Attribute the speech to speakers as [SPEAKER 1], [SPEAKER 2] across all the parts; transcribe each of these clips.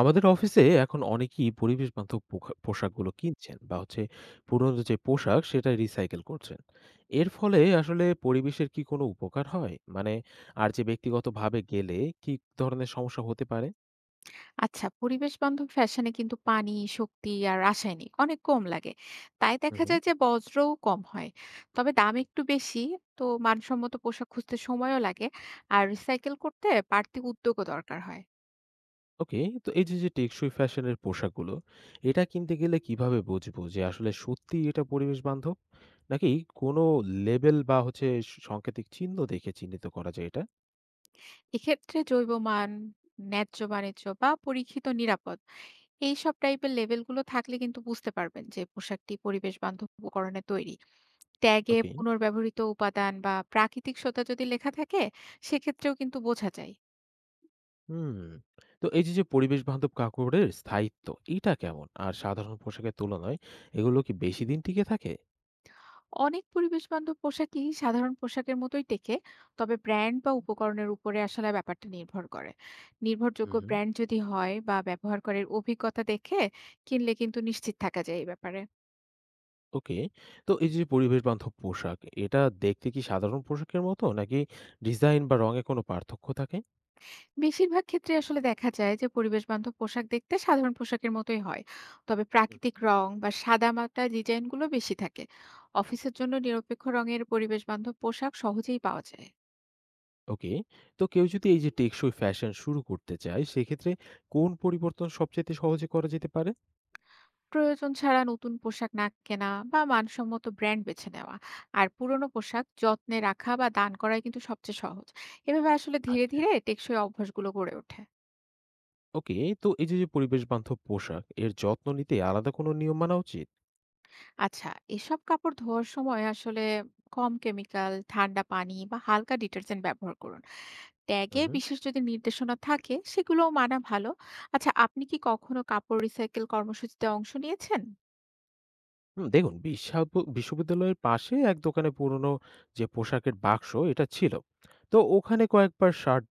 [SPEAKER 1] আমাদের অফিসে এখন অনেকেই পরিবেশ বান্ধব পোশাকগুলো কিনছেন বা হচ্ছে পুরনো যে পোশাক সেটা রিসাইকেল করছেন। এর ফলে আসলে পরিবেশের কি কোনো উপকার হয়? মানে আর যে ব্যক্তিগতভাবে গেলে কি ধরনের সমস্যা হতে পারে?
[SPEAKER 2] আচ্ছা পরিবেশ বান্ধব ফ্যাশনে কিন্তু পানি, শক্তি আর রাসায়নিক অনেক কম লাগে। তাই দেখা
[SPEAKER 1] হুম।
[SPEAKER 2] যায় যে বজ্রও কম হয়। তবে দাম একটু বেশি, তো মানসম্মত পোশাক খুঁজতে সময়ও লাগে আর রিসাইকেল করতে বাড়তি উদ্যোগও দরকার হয়।
[SPEAKER 1] ওকে, তো এই যে যে টেকসই ফ্যাশনের পোশাকগুলো এটা কিনতে গেলে কিভাবে বুঝবো যে আসলে সত্যি এটা পরিবেশ বান্ধব, নাকি কোনো লেবেল বা হচ্ছে সাংকেতিক চিহ্ন দেখে চিহ্নিত করা যায় এটা?
[SPEAKER 2] এক্ষেত্রে জৈব মান, ন্যায্য বাণিজ্য বা পরীক্ষিত নিরাপদ এই সব টাইপের লেবেলগুলো থাকলে কিন্তু বুঝতে পারবেন যে পোশাকটি পরিবেশ বান্ধব উপকরণে তৈরি। ট্যাগে
[SPEAKER 1] ওকে।
[SPEAKER 2] পুনর্ব্যবহৃত উপাদান বা প্রাকৃতিক সোতা যদি লেখা থাকে, সেক্ষেত্রেও কিন্তু বোঝা যায়।
[SPEAKER 1] হুম। তো এই যে, যে পরিবেশ বান্ধব কাপড়ের স্থায়িত্ব, এইটা কেমন? আর সাধারণ পোশাকের তুলনায় এগুলো কি বেশি দিন টিকে থাকে?
[SPEAKER 2] অনেক পরিবেশবান্ধব পোশাকই সাধারণ পোশাকের মতোই টেকে, তবে ব্র্যান্ড বা উপকরণের উপরে আসলে ব্যাপারটা নির্ভর করে।
[SPEAKER 1] হুম,
[SPEAKER 2] নির্ভরযোগ্য
[SPEAKER 1] হুম।
[SPEAKER 2] ব্র্যান্ড যদি হয় বা ব্যবহারকারীর অভিজ্ঞতা দেখে কিনলে কিন্তু নিশ্চিত থাকা যায় এই ব্যাপারে।
[SPEAKER 1] ওকে। তো এই যে, যে পরিবেশ বান্ধব পোশাক, এটা দেখতে কি সাধারণ পোশাকের মতো, নাকি ডিজাইন বা রঙে কোনো পার্থক্য থাকে?
[SPEAKER 2] বেশিরভাগ ক্ষেত্রে আসলে দেখা যায় যে পরিবেশবান্ধব পোশাক দেখতে সাধারণ পোশাকের মতোই হয়, তবে প্রাকৃতিক
[SPEAKER 1] হুম।
[SPEAKER 2] রং বা সাদামাটা ডিজাইনগুলো বেশি থাকে। অফিসের জন্য নিরপেক্ষ রঙের পরিবেশবান্ধব পোশাক সহজেই পাওয়া যায়।
[SPEAKER 1] ওকে। তো কেউ যদি এই যে টেকসই ফ্যাশন শুরু করতে চায়, সেক্ষেত্রে কোন পরিবর্তন সবচাইতে সহজে করা যেতে পারে?
[SPEAKER 2] প্রয়োজন ছাড়া নতুন পোশাক না কেনা বা মানসম্মত ব্র্যান্ড বেছে নেওয়া আর পুরনো পোশাক যত্নে রাখা বা দান করাই কিন্তু সবচেয়ে সহজ। এভাবে আসলে ধীরে
[SPEAKER 1] আচ্ছা।
[SPEAKER 2] ধীরে টেকসই অভ্যাসগুলো গড়ে ওঠে।
[SPEAKER 1] ওকে। তো এই যে, যে পরিবেশ বান্ধব পোশাক, এর যত্ন নিতে আলাদা কোনো নিয়ম মানা উচিত?
[SPEAKER 2] আচ্ছা, এসব কাপড় ধোয়ার সময় আসলে কম কেমিক্যাল, ঠান্ডা পানি বা হালকা ডিটারজেন্ট ব্যবহার করুন।
[SPEAKER 1] হুম,
[SPEAKER 2] ট্যাগে
[SPEAKER 1] হুম।
[SPEAKER 2] বিশেষ যদি নির্দেশনা থাকে সেগুলোও মানা ভালো। আচ্ছা, আপনি কি কখনো কাপড় রিসাইকেল কর্মসূচিতে অংশ নিয়েছেন?
[SPEAKER 1] হুম, দেখুন বিশ্ববিদ্যালয়ের পাশে এক দোকানে পুরনো যে পোশাকের বাক্স এটা ছিল, তো ওখানে কয়েকবার শার্ট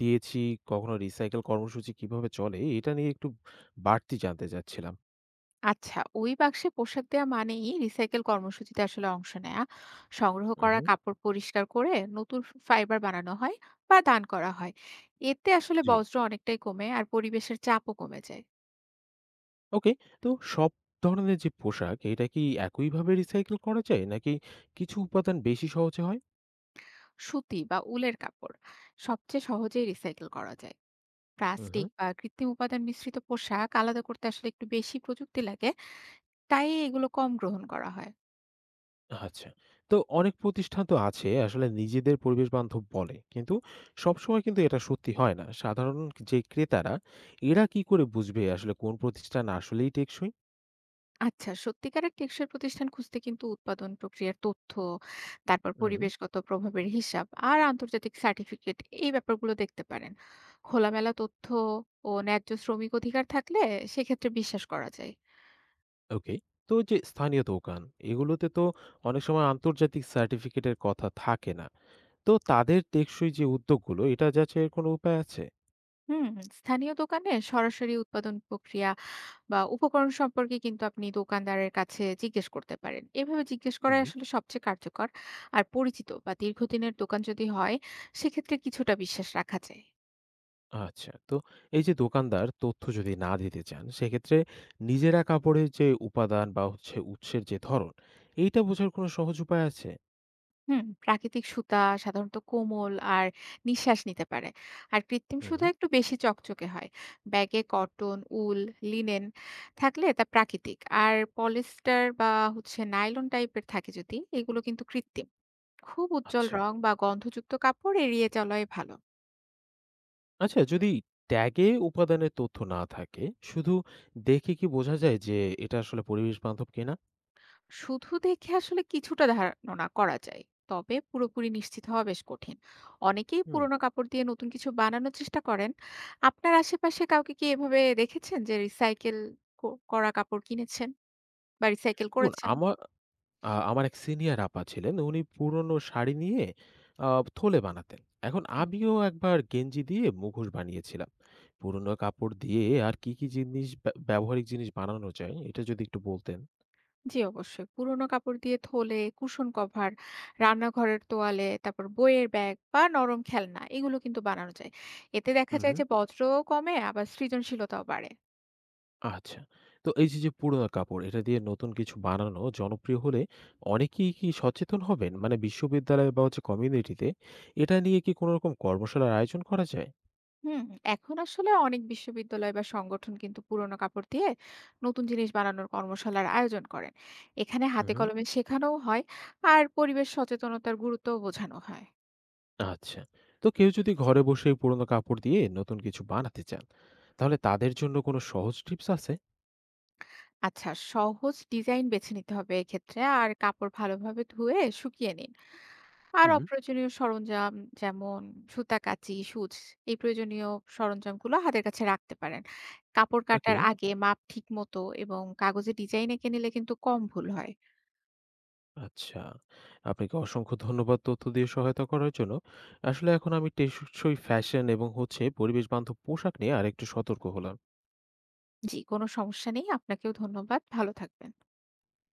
[SPEAKER 1] দিয়েছি। কখনো রিসাইকেল কর্মসূচি কিভাবে চলে এটা নিয়ে একটু বাড়তি জানতে চাচ্ছিলাম।
[SPEAKER 2] আচ্ছা, ওই বাক্সে পোশাক দেয়া মানেই রিসাইকেল কর্মসূচিতে আসলে অংশ নেয়া। সংগ্রহ করা
[SPEAKER 1] হুম।
[SPEAKER 2] কাপড় পরিষ্কার করে নতুন ফাইবার বানানো হয় বা দান করা হয়। এতে আসলে
[SPEAKER 1] জি।
[SPEAKER 2] বজ্র অনেকটাই কমে আর পরিবেশের চাপও কমে যায়।
[SPEAKER 1] ওকে। তো সব ধরনের যে পোশাক এটা কি একইভাবে রিসাইকেল করা যায়, নাকি কিছু উপাদান বেশি সহজে হয়?
[SPEAKER 2] সুতি বা উলের কাপড় সবচেয়ে সহজেই রিসাইকেল করা যায়। প্লাস্টিক
[SPEAKER 1] হুম।
[SPEAKER 2] বা কৃত্রিম উপাদান মিশ্রিত পোশাক আলাদা করতে আসলে একটু বেশি প্রযুক্তি লাগে, তাই এগুলো কম গ্রহণ করা হয়।
[SPEAKER 1] আচ্ছা। তো অনেক প্রতিষ্ঠান তো আছে আসলে নিজেদের পরিবেশ বান্ধব বলে, কিন্তু সবসময় কিন্তু এটা সত্যি হয় না। সাধারণ যে ক্রেতারা, এরা কি করে বুঝবে আসলে কোন প্রতিষ্ঠান আসলেই টেকসই?
[SPEAKER 2] আচ্ছা, সত্যিকারের টেকসই প্রতিষ্ঠান খুঁজতে কিন্তু উৎপাদন প্রক্রিয়ার তথ্য, তারপর
[SPEAKER 1] হুম।
[SPEAKER 2] পরিবেশগত প্রভাবের হিসাব আর আন্তর্জাতিক সার্টিফিকেট, এই ব্যাপারগুলো দেখতে পারেন। খোলামেলা তথ্য ও ন্যায্য শ্রমিক অধিকার থাকলে সেক্ষেত্রে বিশ্বাস করা যায়।
[SPEAKER 1] ওকে। তো যে স্থানীয় দোকান, এগুলোতে তো অনেক সময় আন্তর্জাতিক সার্টিফিকেটের কথা থাকে না। তো তাদের টেকসই যে উদ্যোগগুলো, এটা যাচাইয়ের কোনো উপায় আছে?
[SPEAKER 2] হুম, স্থানীয় দোকানে সরাসরি উৎপাদন প্রক্রিয়া বা উপকরণ সম্পর্কে কিন্তু আপনি দোকানদারের কাছে জিজ্ঞেস করতে পারেন। এভাবে জিজ্ঞেস করাই
[SPEAKER 1] হুম।
[SPEAKER 2] আসলে সবচেয়ে কার্যকর। আর পরিচিত বা দীর্ঘদিনের দোকান যদি হয়, সেক্ষেত্রে কিছুটা বিশ্বাস রাখা যায়।
[SPEAKER 1] আচ্ছা। তো এই যে দোকানদার তথ্য যদি না দিতে চান, সেক্ষেত্রে নিজেরা কাপড়ের যে উপাদান বা হচ্ছে উৎসের যে ধরন, এইটা বোঝার কোনো সহজ উপায় আছে?
[SPEAKER 2] হুম, প্রাকৃতিক সুতা সাধারণত কোমল আর নিঃশ্বাস নিতে পারে, আর কৃত্রিম
[SPEAKER 1] হুম।
[SPEAKER 2] সুতা একটু বেশি চকচকে হয়। ব্যাগে কটন, উল, লিনেন থাকলে তা প্রাকৃতিক, আর পলিস্টার বা নাইলন টাইপের থাকে যদি, এগুলো কিন্তু কৃত্রিম। খুব উজ্জ্বল
[SPEAKER 1] আচ্ছা।
[SPEAKER 2] রং বা গন্ধযুক্ত কাপড় এড়িয়ে চলাই ভালো।
[SPEAKER 1] আচ্ছা, যদি ট্যাগে উপাদানের তথ্য না থাকে, শুধু দেখে কি বোঝা যায় যে এটা আসলে পরিবেশ বান্ধব কিনা?
[SPEAKER 2] শুধু দেখে আসলে কিছুটা ধারণা করা যায়, তবে পুরোপুরি নিশ্চিত হওয়া বেশ কঠিন। অনেকেই
[SPEAKER 1] হুম।
[SPEAKER 2] পুরোনো কাপড় দিয়ে নতুন কিছু বানানোর চেষ্টা করেন। আপনার আশেপাশে কাউকে কি এভাবে দেখেছেন যে রিসাইকেল করা কাপড় কিনেছেন বা রিসাইকেল
[SPEAKER 1] দেখুন
[SPEAKER 2] করেছেন?
[SPEAKER 1] আমার এক সিনিয়র আপা ছিলেন। উনি পুরনো শাড়ি নিয়ে আ থলে বানাতেন। এখন
[SPEAKER 2] হুম,
[SPEAKER 1] আমিও একবার গেঞ্জি দিয়ে মুখোশ বানিয়েছিলাম। পুরনো কাপড় দিয়ে আর কি জিনিস, ব্যবহারিক জিনিস বানানো যায় এটা যদি একটু বলতেন?
[SPEAKER 2] জি অবশ্যই, পুরোনো কাপড় দিয়ে থলে, কুশন কভার, রান্নাঘরের তোয়ালে, তারপর বইয়ের ব্যাগ বা নরম খেলনা, এগুলো কিন্তু বানানো যায়। এতে দেখা
[SPEAKER 1] হুম,
[SPEAKER 2] যায়
[SPEAKER 1] হুম।
[SPEAKER 2] যে বজ্রও কমে, আবার সৃজনশীলতাও বাড়ে।
[SPEAKER 1] আচ্ছা। তো এই যে, যে পুরনো কাপড় এটা দিয়ে নতুন কিছু বানানো জনপ্রিয় হলে অনেকেই কি সচেতন হবেন? মানে বিশ্ববিদ্যালয় বা হচ্ছে কমিউনিটিতে এটা নিয়ে কি কোনো রকম কর্মশালার আয়োজন করা যায়?
[SPEAKER 2] হুম, এখন আসলে অনেক বিশ্ববিদ্যালয় বা সংগঠন কিন্তু পুরোনো কাপড় দিয়ে নতুন জিনিস বানানোর কর্মশালার আয়োজন করেন। এখানে
[SPEAKER 1] হুম,
[SPEAKER 2] হাতে
[SPEAKER 1] হুম।
[SPEAKER 2] কলমে শেখানোও হয়, আর পরিবেশ সচেতনতার গুরুত্বও বোঝানো হয়।
[SPEAKER 1] আচ্ছা। তো কেউ যদি ঘরে বসেই পুরনো কাপড় দিয়ে নতুন কিছু বানাতে চান, তাহলে তাদের জন্য কোনো সহজ টিপস আছে?
[SPEAKER 2] আচ্ছা, সহজ ডিজাইন বেছে নিতে হবে এক্ষেত্রে, আর কাপড় ভালোভাবে ধুয়ে শুকিয়ে নিন। আর
[SPEAKER 1] হুম।
[SPEAKER 2] অপ্রয়োজনীয় সরঞ্জাম, যেমন সুতা, কাঁচি, সূচ, এই প্রয়োজনীয় সরঞ্জামগুলো হাতের কাছে রাখতে পারেন। কাপড়
[SPEAKER 1] ওকে,
[SPEAKER 2] কাটার আগে মাপ ঠিক মতো এবং কাগজে ডিজাইন এঁকে নিলে কিন্তু কম ভুল হয়।
[SPEAKER 1] আচ্ছা। আপনাকে অসংখ্য ধন্যবাদ তথ্য দিয়ে সহায়তা করার জন্য। আসলে এখন আমি টেকসই ফ্যাশন এবং পরিবেশ বান্ধব পোশাক নিয়ে আরেকটু সতর্ক হলাম।
[SPEAKER 2] জি, কোনো সমস্যা নেই। আপনাকেও ধন্যবাদ। ভালো থাকবেন।